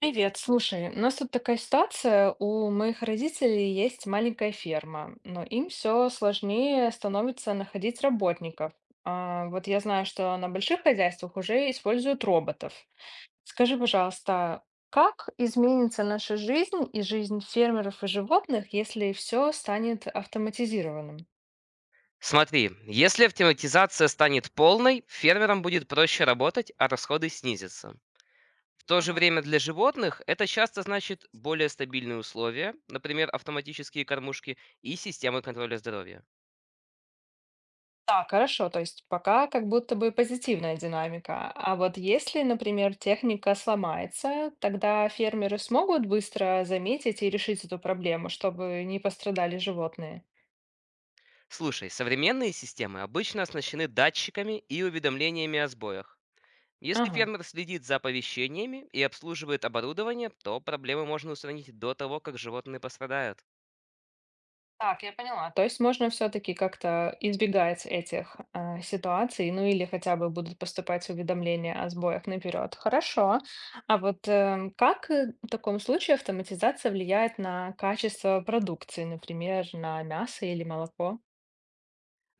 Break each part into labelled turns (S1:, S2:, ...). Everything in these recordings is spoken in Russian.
S1: Привет, слушай, у нас тут такая ситуация, у моих родителей есть маленькая ферма, но им все сложнее становится находить работников. А, вот я знаю, что на больших хозяйствах уже используют роботов. Скажи, пожалуйста, как изменится наша жизнь и жизнь фермеров и животных, если все станет автоматизированным?
S2: Смотри, если автоматизация станет полной, фермерам будет проще работать, а расходы снизятся. В то же
S1: Ага.
S2: время для животных это часто значит более стабильные условия, например, автоматические кормушки и системы контроля здоровья.
S1: Так, хорошо, то есть пока как будто бы позитивная динамика. А вот если, например, техника сломается, тогда фермеры смогут быстро заметить и решить эту проблему, чтобы не пострадали животные.
S2: Слушай, современные системы обычно оснащены датчиками и уведомлениями о сбоях. Если
S1: Ага.
S2: фермер следит за оповещениями и обслуживает оборудование, то проблемы можно устранить до того, как животные пострадают.
S1: Так, я поняла. То есть можно все-таки как-то избегать этих ситуаций, ну или хотя бы будут поступать уведомления о сбоях наперед. Хорошо. А вот как в таком случае автоматизация влияет на качество продукции, например, на мясо или молоко?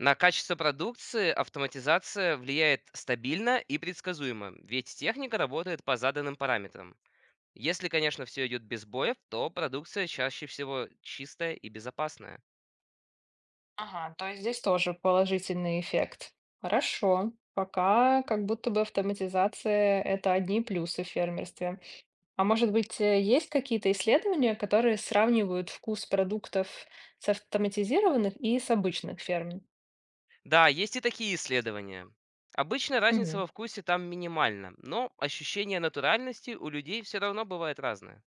S2: На качество продукции автоматизация влияет стабильно и предсказуемо, ведь техника работает по заданным параметрам. Если, конечно, все идет без боев, то продукция чаще всего чистая и безопасная.
S1: Ага, то есть здесь тоже положительный эффект. Хорошо. Пока как будто бы автоматизация это одни плюсы в фермерстве. А может быть, есть какие-то исследования, которые сравнивают вкус продуктов с автоматизированных и с обычных ферм?
S2: Да, есть и такие исследования. Обычно разница
S1: Мгм.
S2: во вкусе там минимальна, но ощущение натуральности у людей все равно бывает разное.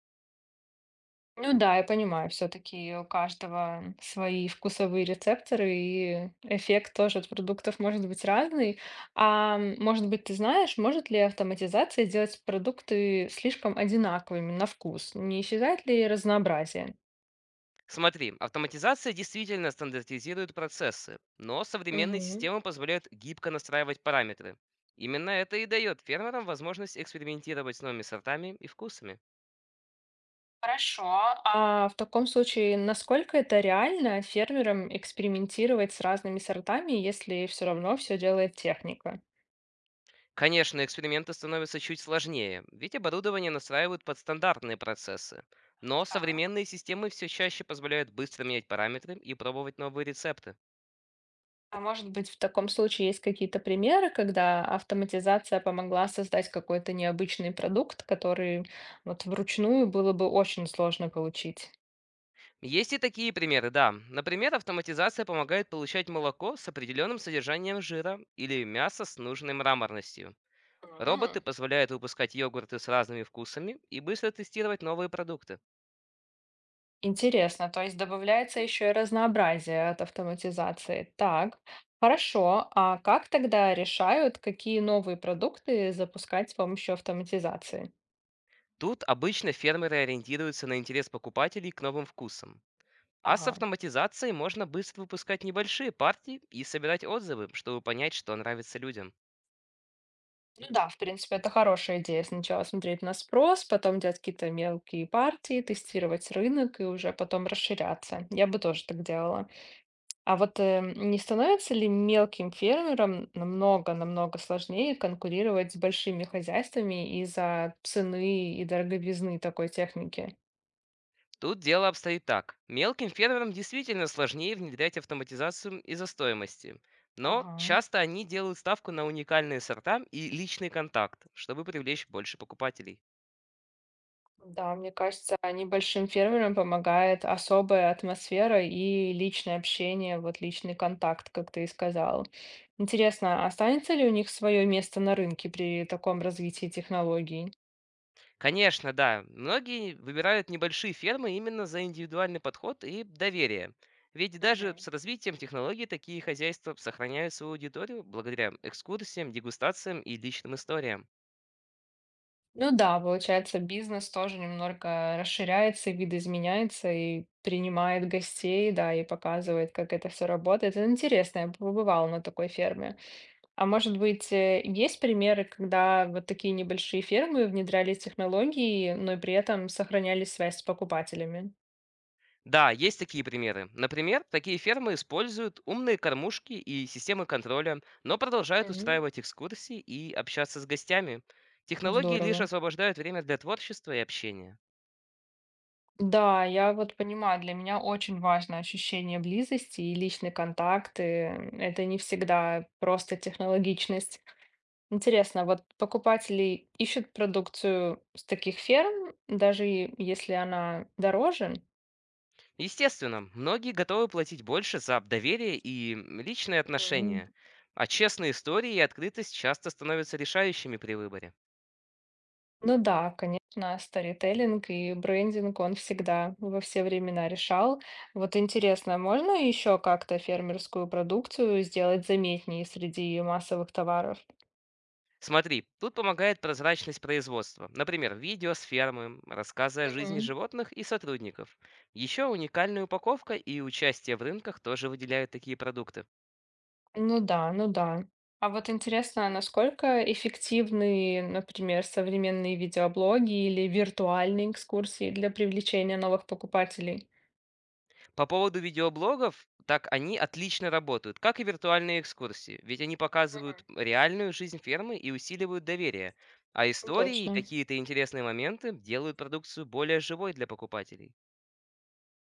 S1: Ну да, я понимаю, все-таки у каждого свои вкусовые рецепторы, и эффект тоже от продуктов может быть разный. А может быть, ты знаешь, может ли автоматизация делать продукты слишком одинаковыми на вкус? Не исчезает ли разнообразие?
S2: Смотри, автоматизация действительно стандартизирует процессы, но современные
S1: Мгм.
S2: системы позволяют гибко настраивать параметры. Именно это и дает фермерам возможность экспериментировать с новыми сортами и вкусами.
S1: Хорошо. А в таком случае, насколько это реально фермерам экспериментировать с разными сортами, если все равно все делает техника?
S2: Конечно, эксперименты становятся чуть сложнее, ведь оборудование настраивают под стандартные процессы. Но
S1: Так.
S2: современные системы все чаще позволяют быстро менять параметры и пробовать новые рецепты.
S1: А может быть, в таком случае есть какие-то примеры, когда автоматизация помогла создать какой-то необычный продукт, который вот вручную было бы очень сложно получить?
S2: Есть и такие примеры, да. Например, автоматизация помогает получать молоко с определенным содержанием жира или мясо с нужной мраморностью.
S1: М.
S2: Роботы позволяют выпускать йогурты с разными вкусами и быстро тестировать новые продукты.
S1: Интересно, то есть добавляется еще и разнообразие от автоматизации. Так, хорошо. А как тогда решают, какие новые продукты запускать с помощью автоматизации?
S2: Тут обычно фермеры ориентируются на интерес покупателей к новым вкусам. А с
S1: Ага.
S2: автоматизацией можно быстро выпускать небольшие партии и собирать отзывы, чтобы понять, что нравится людям.
S1: Ну да, в принципе, это хорошая идея. Сначала смотреть на спрос, потом делать какие-то мелкие партии, тестировать рынок и уже потом расширяться. Я бы тоже так делала. А вот не становится ли мелким фермерам намного-намного сложнее конкурировать с большими хозяйствами из-за цены и дороговизны такой техники?
S2: Тут дело обстоит так. Мелким фермерам действительно сложнее внедрять автоматизацию из-за стоимости. Но
S1: Ага.
S2: часто они делают ставку на уникальные сорта и личный контакт, чтобы привлечь больше покупателей.
S1: Да, мне кажется, небольшим фермерам помогает особая атмосфера и личное общение, вот личный контакт, как ты и сказала. Интересно, останется ли у них свое место на рынке при таком развитии технологий?
S2: Конечно, да. Многие выбирают небольшие фермы именно за индивидуальный подход и доверие. Ведь даже
S1: Мгм.
S2: с развитием технологий такие хозяйства сохраняют свою аудиторию благодаря экскурсиям, дегустациям и личным историям.
S1: Ну да, получается, бизнес тоже немного расширяется, видоизменяется и принимает гостей, да, и показывает, как это все работает. Это интересно, я побывала на такой ферме. А может быть, есть примеры, когда вот такие небольшие фермы внедряли технологии, но и при этом сохраняли связь с покупателями?
S2: Да, есть такие примеры. Например, такие фермы используют умные кормушки и системы контроля, но продолжают
S1: Мгм.
S2: устраивать экскурсии и общаться с гостями. Технологии лишь
S1: Здорово.
S2: освобождают время для творчества и общения.
S1: Да, я вот понимаю, для меня очень важно ощущение близости и личный контакт. И это не всегда просто технологичность. Интересно, вот покупатели ищут продукцию с таких ферм, даже и если она дороже?
S2: Естественно, многие готовы платить больше за доверие и личные
S1: Мгм.
S2: отношения. А честные истории и открытость часто становятся решающими при выборе.
S1: Ну да, конечно, сторителлинг и брендинг он всегда во все времена решал. Вот интересно, можно еще как-то фермерскую продукцию сделать заметнее среди массовых товаров?
S2: Смотри, тут помогает прозрачность производства. Например, видео с фермы, рассказы о жизни
S1: Мгм.
S2: животных и сотрудников. Еще уникальная упаковка и участие в рынках тоже выделяют такие продукты.
S1: Ну да, ну да. А вот интересно, насколько эффективны, например, современные видеоблоги или виртуальные экскурсии для привлечения новых покупателей?
S2: По поводу видеоблогов, так они отлично работают, как и виртуальные экскурсии, ведь они
S1: Мгм.
S2: показывают реальную жизнь фермы и усиливают доверие, а
S1: Ну,
S2: истории и
S1: точно.
S2: какие-то интересные моменты делают продукцию более живой для покупателей.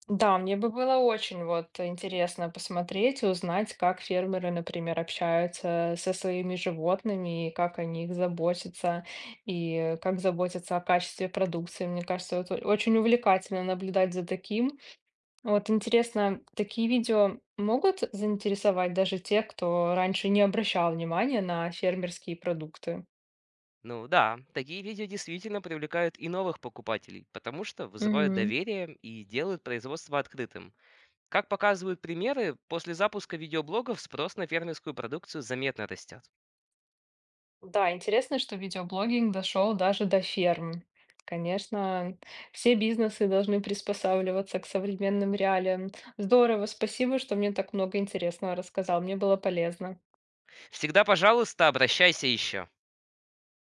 S1: Да, мне бы было очень вот интересно посмотреть и узнать, как фермеры, например, общаются со своими животными, и как о них заботятся, и как заботятся о качестве продукции. Мне кажется, это очень увлекательно наблюдать за таким. Вот интересно, такие видео могут заинтересовать даже тех, кто раньше не обращал внимания на фермерские продукты?
S2: Ну да, такие видео действительно привлекают и новых покупателей, потому что вызывают
S1: Мгм.
S2: доверие и делают производство открытым. Как показывают примеры, после запуска видеоблогов спрос на фермерскую продукцию заметно растет.
S1: Да, интересно, что видеоблогинг дошел даже до ферм. Конечно, все бизнесы должны приспосабливаться к современным реалиям. Здорово, спасибо, что мне так много интересного рассказал. Мне было полезно.
S2: Всегда, пожалуйста, обращайся еще.